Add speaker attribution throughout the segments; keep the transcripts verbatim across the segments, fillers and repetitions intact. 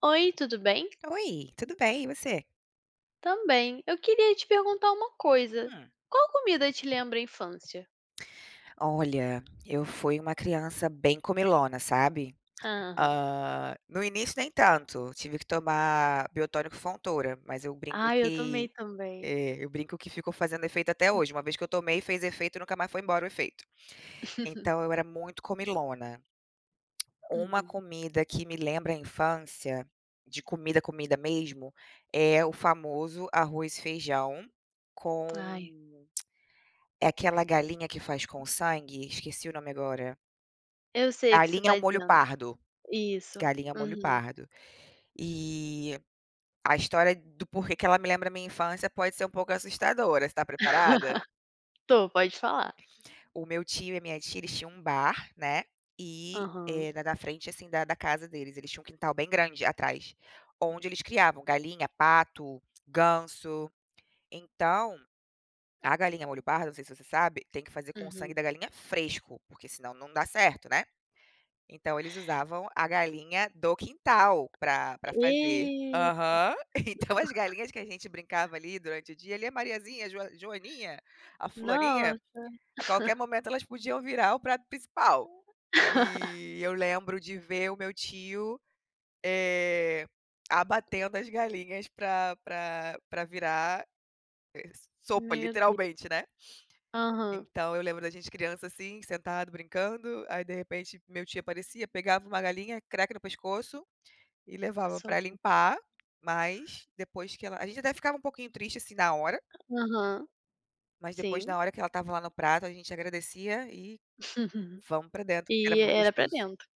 Speaker 1: Oi, tudo bem?
Speaker 2: Oi, tudo bem, e você?
Speaker 1: Também. Eu queria te perguntar uma coisa.
Speaker 2: Hum.
Speaker 1: Qual comida te lembra a infância?
Speaker 2: Olha, eu fui uma criança bem comilona, sabe.
Speaker 1: Aham.
Speaker 2: Hã, no início nem tanto, tive que tomar biotônico Fontoura, mas eu brinco
Speaker 1: Ai, eu tomei
Speaker 2: que
Speaker 1: também.
Speaker 2: é, eu brinco que ficou fazendo efeito até hoje, uma vez que eu tomei, fez efeito e nunca mais foi embora o efeito. Então eu era muito comilona. Uma
Speaker 1: Uhum.
Speaker 2: comida que me lembra a infância, de comida, comida mesmo, é o famoso arroz e feijão
Speaker 1: Ai,
Speaker 2: com. É aquela galinha que faz com sangue, esqueci o nome agora.
Speaker 1: eu sei o que você
Speaker 2: Galinha ao
Speaker 1: tá
Speaker 2: molho
Speaker 1: dizendo.
Speaker 2: pardo,
Speaker 1: Isso.
Speaker 2: galinha ao molho
Speaker 1: Uhum.
Speaker 2: pardo. E a história do porquê que ela me lembra a minha infância pode ser um pouco assustadora, você tá preparada?
Speaker 1: Tô, pode falar.
Speaker 2: O meu tio e a minha tia, eles tinham um bar, né, e,
Speaker 1: Aham.
Speaker 2: eh, na da frente, assim, da da casa deles, eles tinham um quintal bem grande atrás, onde eles criavam galinha, pato, ganso. Então, a galinha ao molho pardo, não sei se você sabe, tem que fazer com o sangue
Speaker 1: Uhum.
Speaker 2: da galinha fresco, porque senão não dá certo, né. Então eles usavam a galinha do quintal pra pra fazer.
Speaker 1: E
Speaker 2: Aham. Então as galinhas que a gente brincava ali durante o dia, ali a Mariazinha, a Joa Joaninha, a fulaninha,
Speaker 1: nossa.
Speaker 2: a qualquer momento elas podiam virar o prato principal. E eu lembro de ver o meu tio, eh, abatendo as galinhas pra pra pra virar sopa,
Speaker 1: Meu Deus.
Speaker 2: literalmente, né.
Speaker 1: Aham.
Speaker 2: Então eu lembro da gente criança, assim, sentado brincando, aí de repente meu tio aparecia, pegava uma galinha, craque no pescoço, e levava pra
Speaker 1: Sopa.
Speaker 2: limpar, mas depois que ela a gente até ficava um pouquinho triste, assim, na hora,
Speaker 1: Aham.
Speaker 2: mas depois
Speaker 1: Sim.
Speaker 2: na hora que ela estava lá no prato, a gente agradecia e vamos pra dentro, porque
Speaker 1: E
Speaker 2: era muito
Speaker 1: era pra
Speaker 2: gostoso.
Speaker 1: dentro.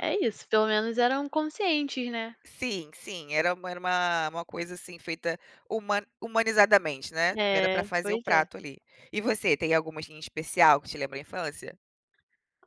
Speaker 1: É isso, pelo menos eram conscientes, né.
Speaker 2: Sim, sim, era uma era uma uma coisa, assim, feita human humanizadamente, né, era
Speaker 1: É,
Speaker 2: pra fazer o
Speaker 1: pois é.
Speaker 2: prato ali. E você, tem alguma, assim, em especial que te lembra a infância?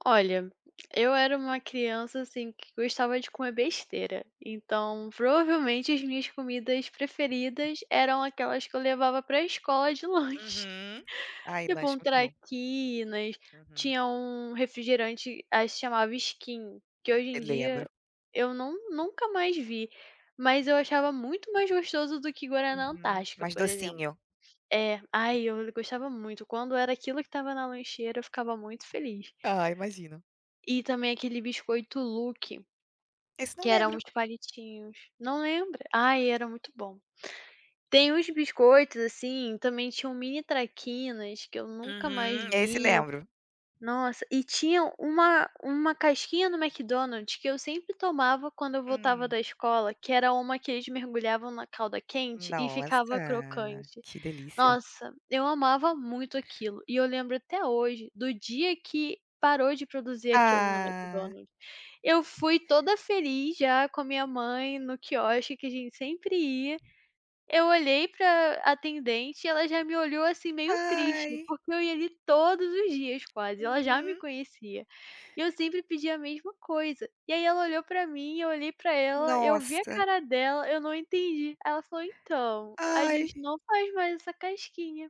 Speaker 1: Olha, eu era uma criança, assim, que gostava de comer besteira, então provavelmente as minhas comidas preferidas eram aquelas que eu levava pra escola de lanche.
Speaker 2: Uhum. Ai,
Speaker 1: Tipo
Speaker 2: lanche
Speaker 1: um
Speaker 2: muito bom.
Speaker 1: traquinas,
Speaker 2: Uhum.
Speaker 1: tinha um refrigerante, aí se chamava Skin, que hoje em
Speaker 2: Eu
Speaker 1: dia
Speaker 2: lembro.
Speaker 1: eu não nunca mais vi, mas eu achava muito mais gostoso do que guaraná
Speaker 2: Uhum.
Speaker 1: Antártica,
Speaker 2: Mais
Speaker 1: por exemplo.
Speaker 2: docinho.
Speaker 1: É, ai, eu gostava muito, quando era aquilo que estava na lancheira eu ficava muito feliz.
Speaker 2: Ah, imagino.
Speaker 1: E também aquele biscoito Look,
Speaker 2: Esse não
Speaker 1: que era
Speaker 2: lembro.
Speaker 1: uns palitinhos. Não lembra? Ai, era muito bom. Tem uns biscoitos, assim, também tinham mini traquinas que eu nunca mais
Speaker 2: Uhum, esse
Speaker 1: vi.
Speaker 2: lembro.
Speaker 1: Nossa, e tinha uma uma casquinha no McDonald's que eu sempre tomava quando eu voltava
Speaker 2: Hum.
Speaker 1: da escola, que era uma que eles mergulhavam na calda quente e ficava
Speaker 2: Nossa,
Speaker 1: crocante.
Speaker 2: que delícia.
Speaker 1: Nossa, eu amava muito aquilo e eu lembro até hoje do dia que parou de produzir aquilo no
Speaker 2: Ah,
Speaker 1: McDonald's. Eu fui toda feliz já com a minha mãe no quiosque que a gente sempre ia, eu olhei pra atendente e ela já me olhou, assim, meio triste,
Speaker 2: ai,
Speaker 1: porque eu ia ali todos os dias quase, ela já me
Speaker 2: uhum.
Speaker 1: conhecia. E eu sempre pedia a mesma coisa. E aí ela olhou pra mim, eu olhei pra ela, eu vi a
Speaker 2: Nossa,
Speaker 1: cara dela, eu não entendi. Aí ela falou: "Então, a
Speaker 2: ai,
Speaker 1: gente não faz mais essa casquinha".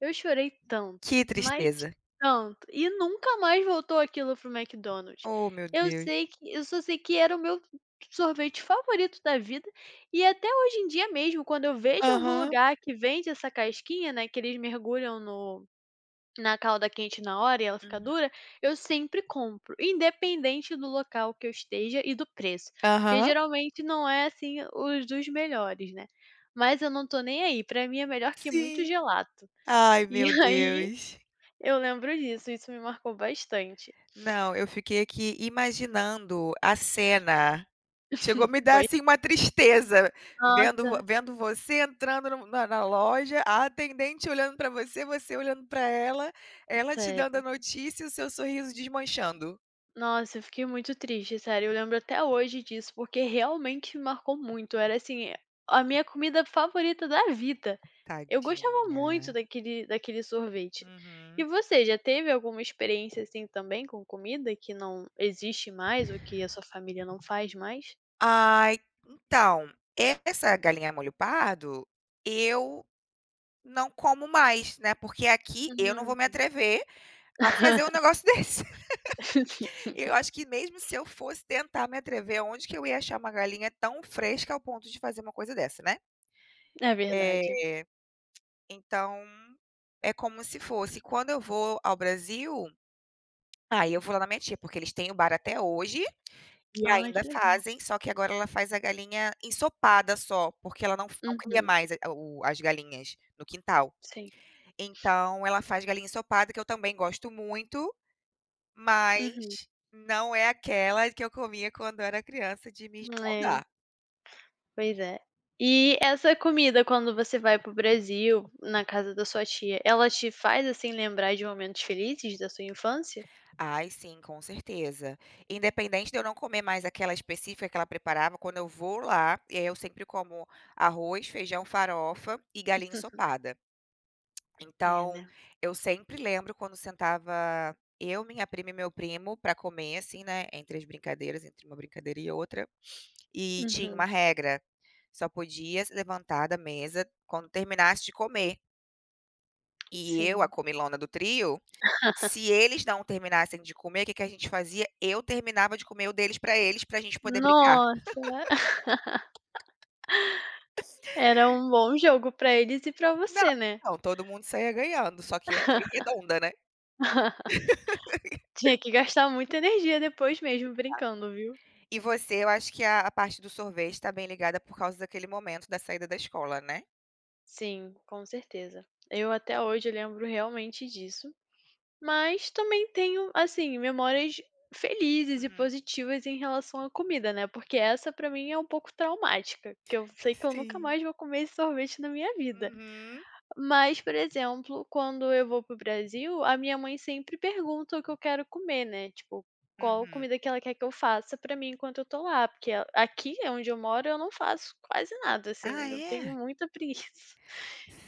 Speaker 1: Eu chorei tanto,
Speaker 2: que
Speaker 1: mas
Speaker 2: tristeza.
Speaker 1: pronto, e nunca mais voltou aquilo pro McDonald's.
Speaker 2: Oh, meu
Speaker 1: Eu
Speaker 2: Deus.
Speaker 1: sei que eu só sei que era o meu sorvete favorito da vida e até hoje em dia mesmo, quando eu vejo em algum
Speaker 2: Aham,
Speaker 1: lugar que vende essa casquinha, né, que eles mergulham no na calda quente na hora e ela fica
Speaker 2: uhum,
Speaker 1: dura, eu sempre compro, independente do local que eu esteja e do preço, porque
Speaker 2: aham,
Speaker 1: geralmente não é, assim, os dos melhores, né. Mas eu não estou nem aí, para mim é melhor que muito
Speaker 2: sim.
Speaker 1: gelato.
Speaker 2: Ai,
Speaker 1: E
Speaker 2: meu
Speaker 1: aí
Speaker 2: Deus.
Speaker 1: eu lembro disso, isso me marcou bastante.
Speaker 2: Não, eu fiquei aqui imaginando a cena. Chegou a me dar,
Speaker 1: Pois
Speaker 2: assim, uma tristeza, vendo vo
Speaker 1: nossa,
Speaker 2: vendo você entrando no na na loja, a atendente olhando para você, você olhando para ela, ela te dando a
Speaker 1: sério.
Speaker 2: notícia e o seu sorriso desmanchando.
Speaker 1: Nossa, eu fiquei muito triste, sério, eu lembro até hoje disso, porque realmente me marcou muito, era, assim, a minha comida favorita da vida. Eu gostava
Speaker 2: Tadinha.
Speaker 1: muito daquele daquele sorvete. E
Speaker 2: Uhum.
Speaker 1: você, já teve alguma experiência, assim, também com comida que não existe mais ou que a sua família não faz mais?
Speaker 2: Ai, então, essa galinha molho pardo, eu não como mais, né, porque aqui eu não vou me
Speaker 1: Uhum.
Speaker 2: atrever a fazer um negócio desse.
Speaker 1: Sim,
Speaker 2: Eu acho que mesmo se eu fosse tentar me atrever, onde que eu ia achar uma galinha tão fresca ao ponto de fazer uma coisa dessa, né.
Speaker 1: é
Speaker 2: Eh,
Speaker 1: verdade.
Speaker 2: então, é como se fosse quando eu vou ao Brasil, aí eu vou lá na minha tia, porque eles têm o bar até hoje, e
Speaker 1: Ai,
Speaker 2: ainda
Speaker 1: que legal.
Speaker 2: fazem, só que agora ela faz a galinha ensopada só, porque ela não f não cria
Speaker 1: Uhum,
Speaker 2: mais a o as galinhas no quintal.
Speaker 1: sim.
Speaker 2: Então ela faz galinha ensopada, que eu também gosto muito, mas
Speaker 1: Uhum.
Speaker 2: não é aquela que eu comia quando era criança de me
Speaker 1: É.
Speaker 2: esbaldar.
Speaker 1: Pois é. E essa comida quando você vai para o Brasil, na casa da sua tia, ela te faz, assim, lembrar de momentos felizes da sua infância?
Speaker 2: Ai sim, com certeza. Independente de eu não comer mais aquela específica que ela preparava, quando eu vou lá, e aí eu sempre como arroz, feijão, farofa e galinha ensopada.
Speaker 1: É,
Speaker 2: Então,
Speaker 1: né.
Speaker 2: eu sempre lembro quando sentava eu, minha prima e meu primo para comer, assim, né, entre as brincadeiras, entre uma brincadeira e outra, e tinha uma
Speaker 1: Uhum,
Speaker 2: regra, só podia se levantar da mesa quando terminasse de comer. E eu, a
Speaker 1: sim.
Speaker 2: comilona do trio, se eles não terminassem de comer, o que que a gente fazia? Eu terminava de comer o deles para eles, para a gente poder brincar.
Speaker 1: Nossa! Era um bom jogo pra eles e pra
Speaker 2: Não,
Speaker 1: você, né.
Speaker 2: não, todo mundo saía ganhando, só que eu saí redonda, né.
Speaker 1: Tinha que gastar muita energia depois mesmo brincando, viu.
Speaker 2: E você, eu acho que a a parte do sorvete está bem ligada por causa daquele momento da saída da escola, né?
Speaker 1: Sim, com certeza. Eu até hoje lembro realmente disso. Mas também tenho, assim, memórias felizes e
Speaker 2: Uhum.
Speaker 1: positivas em relação à comida, né, porque essa pra mim é um pouco traumática, que eu sei que eu nunca
Speaker 2: Sim.
Speaker 1: mais vou comer esse sorvete na minha vida.
Speaker 2: Uhum,
Speaker 1: Mas, por exemplo, quando eu vou para o Brasil, a minha mãe sempre pergunta o que eu quero comer, né, tipo, qual
Speaker 2: uhum.
Speaker 1: comida que ela quer que eu faça pra mim enquanto eu tô lá, porque a aqui é onde eu moro eu não faço quase nada,
Speaker 2: Ah,
Speaker 1: assim, eu tenho
Speaker 2: é?
Speaker 1: muita preguiça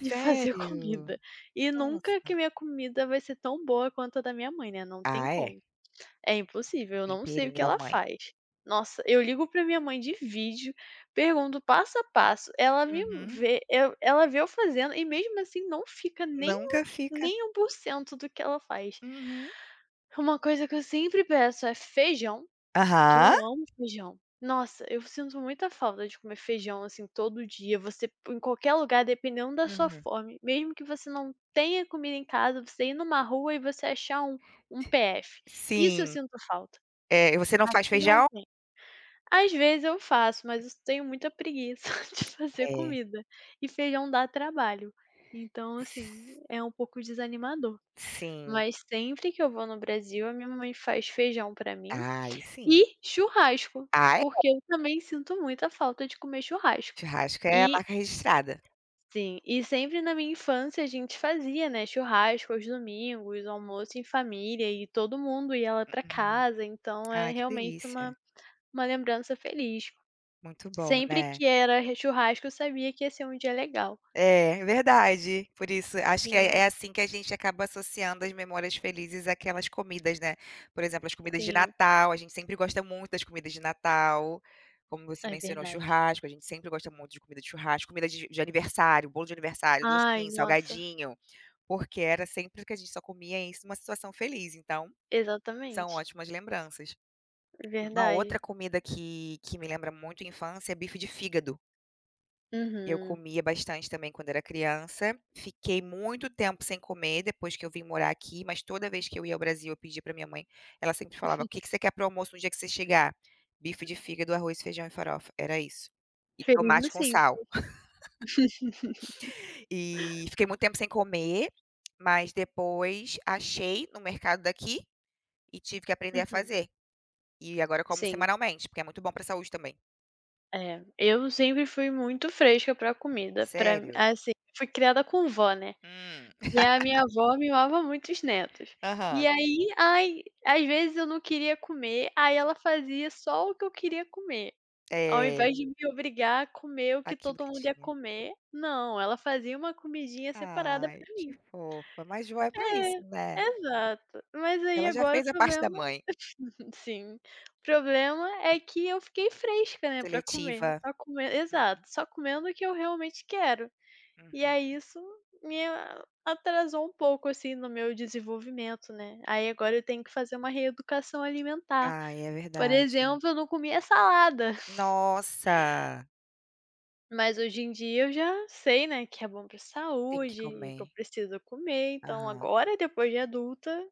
Speaker 1: de fazer
Speaker 2: Sério?
Speaker 1: comida. E nunca que
Speaker 2: Nossa.
Speaker 1: minha comida vai ser tão boa quanto a da minha mãe, né, não tem
Speaker 2: Ah, é,
Speaker 1: como. É impossível, eu não sei o
Speaker 2: temperinho
Speaker 1: que
Speaker 2: da
Speaker 1: ela
Speaker 2: mãe.
Speaker 1: faz. Nossa, eu ligo pra minha mãe de vídeo, pergunto passo a passo, ela me
Speaker 2: Uhum.
Speaker 1: vê eu ela vê eu fazendo e mesmo assim não fica nem
Speaker 2: Nunca fica.
Speaker 1: nem um por cento do que ela faz.
Speaker 2: Uhum.
Speaker 1: Uma coisa que eu sempre peço é feijão, que eu
Speaker 2: Aham.
Speaker 1: amo feijão. Nossa, eu sinto muita falta de comer feijão, assim, todo dia, você em qualquer lugar, dependendo da sua
Speaker 2: Uhum.
Speaker 1: fome, mesmo que você não tenha comida em casa, você ir numa rua e você achar um um P F. Isso eu
Speaker 2: Sim.
Speaker 1: sinto falta.
Speaker 2: É, e você não faz
Speaker 1: Aqui não
Speaker 2: feijão?
Speaker 1: tem. Às vezes eu faço, mas eu tenho muita preguiça de fazer
Speaker 2: É.
Speaker 1: comida, e feijão dá trabalho. Então, assim, é um pouco desanimador.
Speaker 2: Sim.
Speaker 1: Mas sempre que eu vou no Brasil, a minha mãe faz feijão pra mim
Speaker 2: Ai sim.
Speaker 1: e churrasco,
Speaker 2: Ah, é.
Speaker 1: porque eu também sinto muita falta de comer churrasco.
Speaker 2: Churrasco é a
Speaker 1: E
Speaker 2: marca registrada.
Speaker 1: sim, e sempre na minha infância a gente fazia, né, churrasco aos domingos, almoço em família e todo mundo ia lá pra
Speaker 2: Uhum.
Speaker 1: casa, então é
Speaker 2: Ai, que
Speaker 1: realmente
Speaker 2: delícia.
Speaker 1: uma uma lembrança feliz.
Speaker 2: Muito bom,
Speaker 1: Sempre
Speaker 2: né?
Speaker 1: que era re churrasco, eu sabia que ia ser um dia legal.
Speaker 2: É, verdade. Por isso, acho que é
Speaker 1: Sim,
Speaker 2: é assim que a gente acaba associando as memórias felizes àquelas comidas, né. Por exemplo, as comidas de
Speaker 1: sim,
Speaker 2: Natal, a gente sempre gosta muito das comidas de Natal, como você
Speaker 1: é
Speaker 2: mencionou,
Speaker 1: verdade.
Speaker 2: churrasco, a gente sempre gosta muito de comida de churrasco, comida de de aniversário, bolo de aniversário,
Speaker 1: Ai,
Speaker 2: docinho,
Speaker 1: nossa,
Speaker 2: salgadinho, porque era sempre que a gente só comia isso numa situação feliz, então são
Speaker 1: exatamente,
Speaker 2: ótimas lembranças. Uma
Speaker 1: verdade.
Speaker 2: outra comida que que me lembra muito a infância é bife de fígado. Eu
Speaker 1: Uhum.
Speaker 2: comia bastante também quando era criança, fiquei muito tempo sem comer depois que eu vim morar aqui, mas toda vez que eu ia ao Brasil, eu pedia para minha mãe, ela sempre falava: "O que que você quer para o almoço no dia que você chegar?". "Bife de fígado, arroz, feijão e farofa", era isso. E
Speaker 1: Feliz no
Speaker 2: tomate com
Speaker 1: sim.
Speaker 2: sal. E fiquei muito tempo sem comer, mas depois achei no mercado daqui e tive que aprender a
Speaker 1: Uhum,
Speaker 2: fazer. E agora eu como
Speaker 1: sim,
Speaker 2: semanalmente, porque é muito bom para a saúde também.
Speaker 1: é. Eu sempre fui muito fresca pra comida, pra
Speaker 2: Sério?
Speaker 1: assim, fui criada com vó, né,
Speaker 2: Hum.
Speaker 1: e a minha avó mimava muito os netos. E
Speaker 2: Aham.
Speaker 1: aí, ai, às vezes eu não queria comer, aí ela fazia só o que eu queria comer. Ao invés
Speaker 2: É,
Speaker 1: de me obrigar a comer o que
Speaker 2: aquilo
Speaker 1: todo
Speaker 2: que
Speaker 1: mundo ia
Speaker 2: tinha.
Speaker 1: comer, não, ela fazia uma comidinha separada
Speaker 2: Ai,
Speaker 1: pra
Speaker 2: que
Speaker 1: mim.
Speaker 2: fofa. Mas Ju é pra isso,
Speaker 1: É,
Speaker 2: né.
Speaker 1: exato. Mas aí
Speaker 2: Ela já
Speaker 1: agora o
Speaker 2: fez a parte da
Speaker 1: problema
Speaker 2: mãe,
Speaker 1: sim, o problema é que eu fiquei fresca, né, pra comer,
Speaker 2: seletiva.
Speaker 1: só comendo, exato,
Speaker 2: Hum,
Speaker 1: só comendo o que eu realmente quero. E
Speaker 2: uhum.
Speaker 1: aí isso me a atrasou um pouco, assim, no meu desenvolvimento, né. Aí agora eu tenho que fazer uma reeducação alimentar.
Speaker 2: Ai, é
Speaker 1: Por
Speaker 2: verdade.
Speaker 1: exemplo, eu não comia salada.
Speaker 2: Nossa,
Speaker 1: Mas hoje em dia eu já sei, né, que é bom pra
Speaker 2: tem que
Speaker 1: saúde e que eu
Speaker 2: comer.
Speaker 1: preciso comer, então
Speaker 2: Aham,
Speaker 1: agora, depois de adulta,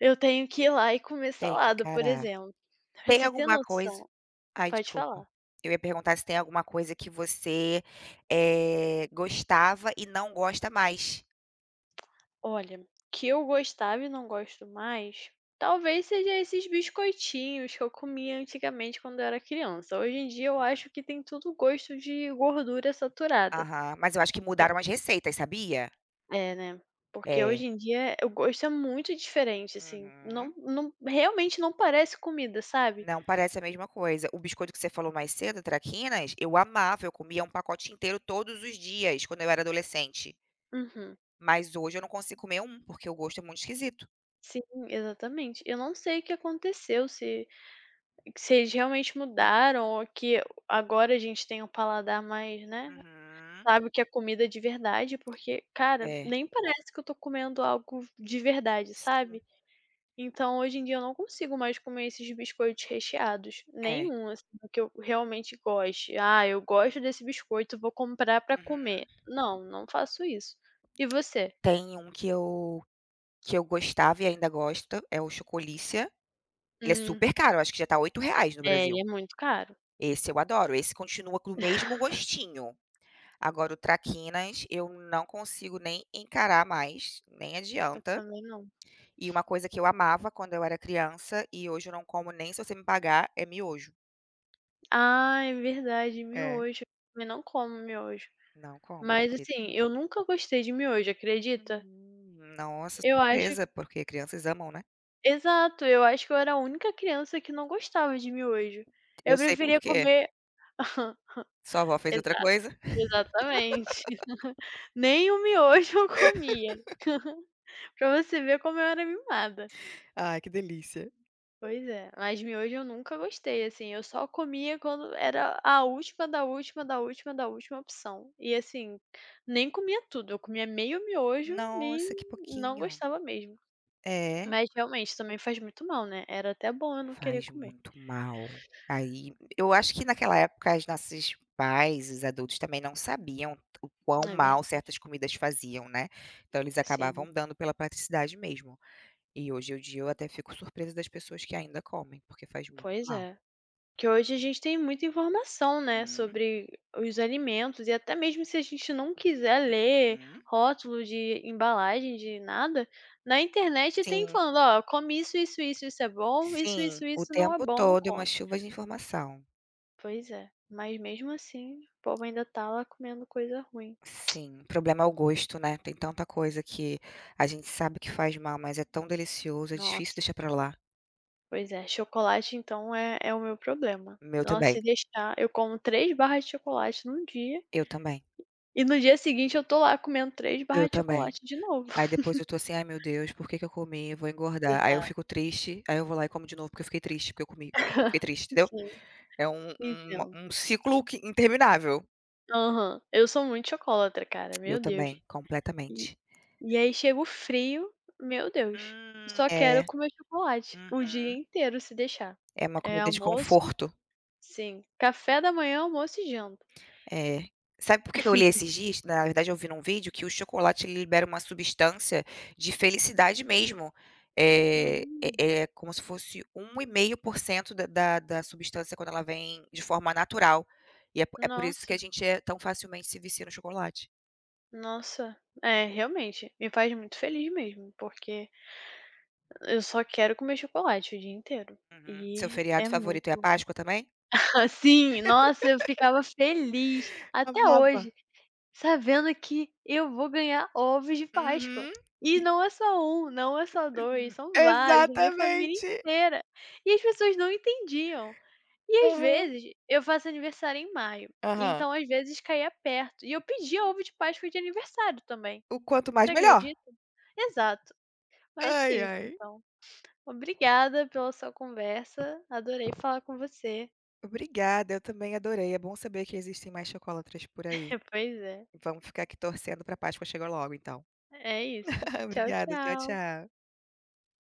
Speaker 1: eu tenho que ir lá e comer
Speaker 2: tem que
Speaker 1: salada, por
Speaker 2: encarar.
Speaker 1: exemplo. Pra
Speaker 2: Tem
Speaker 1: você ter
Speaker 2: alguma coisa,
Speaker 1: noção
Speaker 2: ai,
Speaker 1: pode
Speaker 2: desculpa.
Speaker 1: falar.
Speaker 2: Eu ia perguntar se tem alguma coisa que você, eh, gostava e não gosta mais.
Speaker 1: Olha, que eu gostava e não gosto mais, talvez seja esses biscoitinhos que eu comia antigamente quando eu era criança. Hoje em dia eu
Speaker 2: Hum.
Speaker 1: acho que tem tudo gosto de gordura saturada.
Speaker 2: Aham, mas eu acho que mudaram as receitas, sabia?
Speaker 1: É, né. Porque hoje
Speaker 2: É.
Speaker 1: em dia o gosto é muito diferente, assim, não
Speaker 2: Uhum.
Speaker 1: não realmente não parece comida, sabe.
Speaker 2: Não parece a mesma coisa. O biscoito que você falou mais cedo, traquinas, eu amava, eu comia um pacote inteiro todos os dias quando eu era adolescente.
Speaker 1: Uhum.
Speaker 2: Mas hoje eu não consigo comer um, porque o gosto é muito esquisito.
Speaker 1: Sim, exatamente. Eu não sei o que aconteceu, se se eles realmente mudaram ou que agora a gente tem um paladar mais, né,
Speaker 2: Uhum.
Speaker 1: sabe o que é comida de verdade, porque, cara,
Speaker 2: É,
Speaker 1: nem parece que eu tô comendo algo de verdade,
Speaker 2: sim,
Speaker 1: sabe. Então, hoje em dia eu não consigo mais comer esses biscoitos recheados,
Speaker 2: é.
Speaker 1: nenhum, assim, do que eu realmente goste. "Ah, eu gosto desse biscoito, vou comprar pra
Speaker 2: Uhum.
Speaker 1: comer". Não, não faço isso. E você?
Speaker 2: Tem um que eu que eu gostava e ainda gosto, é o Chocolícia. Ele é
Speaker 1: Hum,
Speaker 2: super caro, acho que já tá oito reais no
Speaker 1: é, ele é
Speaker 2: Brasil.
Speaker 1: muito caro.
Speaker 2: Esse eu adoro, esse continua com o mesmo gostinho. Agora o traquinas eu não consigo nem encarar mais, nem adianta.
Speaker 1: Também não.
Speaker 2: E uma coisa que eu amava quando eu era criança e hoje eu não como nem se você me pagar, é miojo.
Speaker 1: Ah, é verdade,
Speaker 2: É,
Speaker 1: miojo. Eu também não como miojo.
Speaker 2: não como,
Speaker 1: Mas,
Speaker 2: de jeito
Speaker 1: assim,
Speaker 2: nenhum.
Speaker 1: eu nunca gostei de miojo, acredita?
Speaker 2: Uhum. Nossa,
Speaker 1: Eu acho
Speaker 2: surpresa, porque crianças amam, né.
Speaker 1: exato, eu acho que eu era a única criança que não gostava de miojo. Eu
Speaker 2: Eu sei por
Speaker 1: preferia
Speaker 2: quê.
Speaker 1: comer
Speaker 2: Sua avó fez outra
Speaker 1: exato.
Speaker 2: coisa?
Speaker 1: Exatamente. Nem o miojo eu comia. Pra você ver como eu era mimada.
Speaker 2: Ai, que delícia.
Speaker 1: Pois é, mas miojo eu nunca gostei, assim, eu só comia quando era a última da última da última da última opção. E assim, nem comia tudo, eu comia meio miojo e
Speaker 2: Nossa, que
Speaker 1: não
Speaker 2: pouquinho.
Speaker 1: gostava mesmo.
Speaker 2: É,
Speaker 1: Mas realmente também faz muito mal, né, era até bom eu não querer
Speaker 2: faz
Speaker 1: comer.
Speaker 2: muito mal. Aí eu acho que naquela época as nossos pais, os adultos também não sabiam o quão
Speaker 1: É
Speaker 2: mal
Speaker 1: verdade.
Speaker 2: certas comidas faziam, né. Então eles
Speaker 1: Sim,
Speaker 2: acabavam dando pela praticidade mesmo. E hoje em dia eu até fico surpresa das pessoas que ainda comem, porque faz muito
Speaker 1: pois
Speaker 2: mal.
Speaker 1: é. Que hoje a gente tem muita informação, né,
Speaker 2: Hum,
Speaker 1: sobre os alimentos e até mesmo se a gente não quiser ler
Speaker 2: hum.
Speaker 1: rótulo de embalagem, de nada, na internet tem
Speaker 2: Sim,
Speaker 1: falando: "Ó, come isso, isso, isso, isso é bom, isso,
Speaker 2: sim,
Speaker 1: isso,
Speaker 2: o
Speaker 1: isso não é
Speaker 2: tempo
Speaker 1: bom, não
Speaker 2: todo é uma
Speaker 1: come".
Speaker 2: chuva de informação.
Speaker 1: Pois é, mas mesmo assim o povo ainda tá lá comendo coisa ruim.
Speaker 2: Sim, o problema é o gosto, né, tem tanta coisa que a gente sabe que faz mal, mas é tão delicioso, é difícil
Speaker 1: Nossa,
Speaker 2: deixar pra lá.
Speaker 1: pois é, chocolate então é é o meu problema.
Speaker 2: Meu
Speaker 1: Nossa,
Speaker 2: também,
Speaker 1: se deixar, eu como três barras de chocolate num dia,
Speaker 2: eu também,
Speaker 1: e no dia seguinte eu tô lá comendo três
Speaker 2: eu
Speaker 1: barras de
Speaker 2: também.
Speaker 1: chocolate de novo.
Speaker 2: Aí depois eu tô assim: "Ai meu Deus, por que que eu comi? Eu vou engordar". Aí eu
Speaker 1: Exato.
Speaker 2: fico triste, aí eu vou lá e como de novo porque eu fiquei triste, porque eu comi, porque eu fiquei triste, entendeu?
Speaker 1: Sim,
Speaker 2: É um um
Speaker 1: entendo.
Speaker 2: um ciclo que interminável.
Speaker 1: Aham. Eu sou muito chocolatra, cara,
Speaker 2: Eu
Speaker 1: meu Deus.
Speaker 2: também,
Speaker 1: E
Speaker 2: completamente.
Speaker 1: e aí chega o frio, meu Deus,
Speaker 2: Hum.
Speaker 1: só
Speaker 2: É.
Speaker 1: quero comer chocolate o dia
Speaker 2: Uhum.
Speaker 1: inteiro se deixar.
Speaker 2: É uma
Speaker 1: É
Speaker 2: comida de
Speaker 1: almoço
Speaker 2: conforto.
Speaker 1: sim, café da manhã, almoço e janta.
Speaker 2: É. Sabe por que que eu li esses dias? Na verdade eu vi num vídeo que o chocolate ele libera uma substância de felicidade mesmo. Eh, é
Speaker 1: Hum,
Speaker 2: é como se fosse um 1,5% da da da substância quando ela vem de forma natural. E é po é por isso que
Speaker 1: nossa,
Speaker 2: a gente é tão facilmente se vicia no chocolate.
Speaker 1: nossa. É, realmente, me faz muito feliz mesmo, porque eu só quero comer chocolate o dia inteiro.
Speaker 2: Uhum. Seu
Speaker 1: E é
Speaker 2: feriado favorito é a
Speaker 1: muito
Speaker 2: Páscoa também?
Speaker 1: assim, nossa, eu ficava feliz. Até
Speaker 2: Amava.
Speaker 1: hoje, sabendo que eu vou ganhar ovos de Páscoa.
Speaker 2: Uhum.
Speaker 1: E não é só um, não é só dois, são vários, da minha família
Speaker 2: Exatamente.
Speaker 1: inteira. E as pessoas não entendiam. E às vezes, eu faço aniversário em maio,
Speaker 2: Aham.
Speaker 1: então às vezes caía perto. E eu pedia ovo de Páscoa de aniversário também,
Speaker 2: O quanto mais
Speaker 1: você
Speaker 2: melhor.
Speaker 1: acredita? Exato. Mas é
Speaker 2: Ai,
Speaker 1: isso
Speaker 2: ai.
Speaker 1: então. Obrigada pela sua conversa, adorei falar com você.
Speaker 2: Obrigada, eu também adorei. É bom saber que existem mais chocolatras por aí.
Speaker 1: Pois é,
Speaker 2: Vamos ficar aqui torcendo pra Páscoa chegar logo então.
Speaker 1: é isso. Tchau,
Speaker 2: Obrigada, tchau,
Speaker 1: tchau.
Speaker 2: tchau.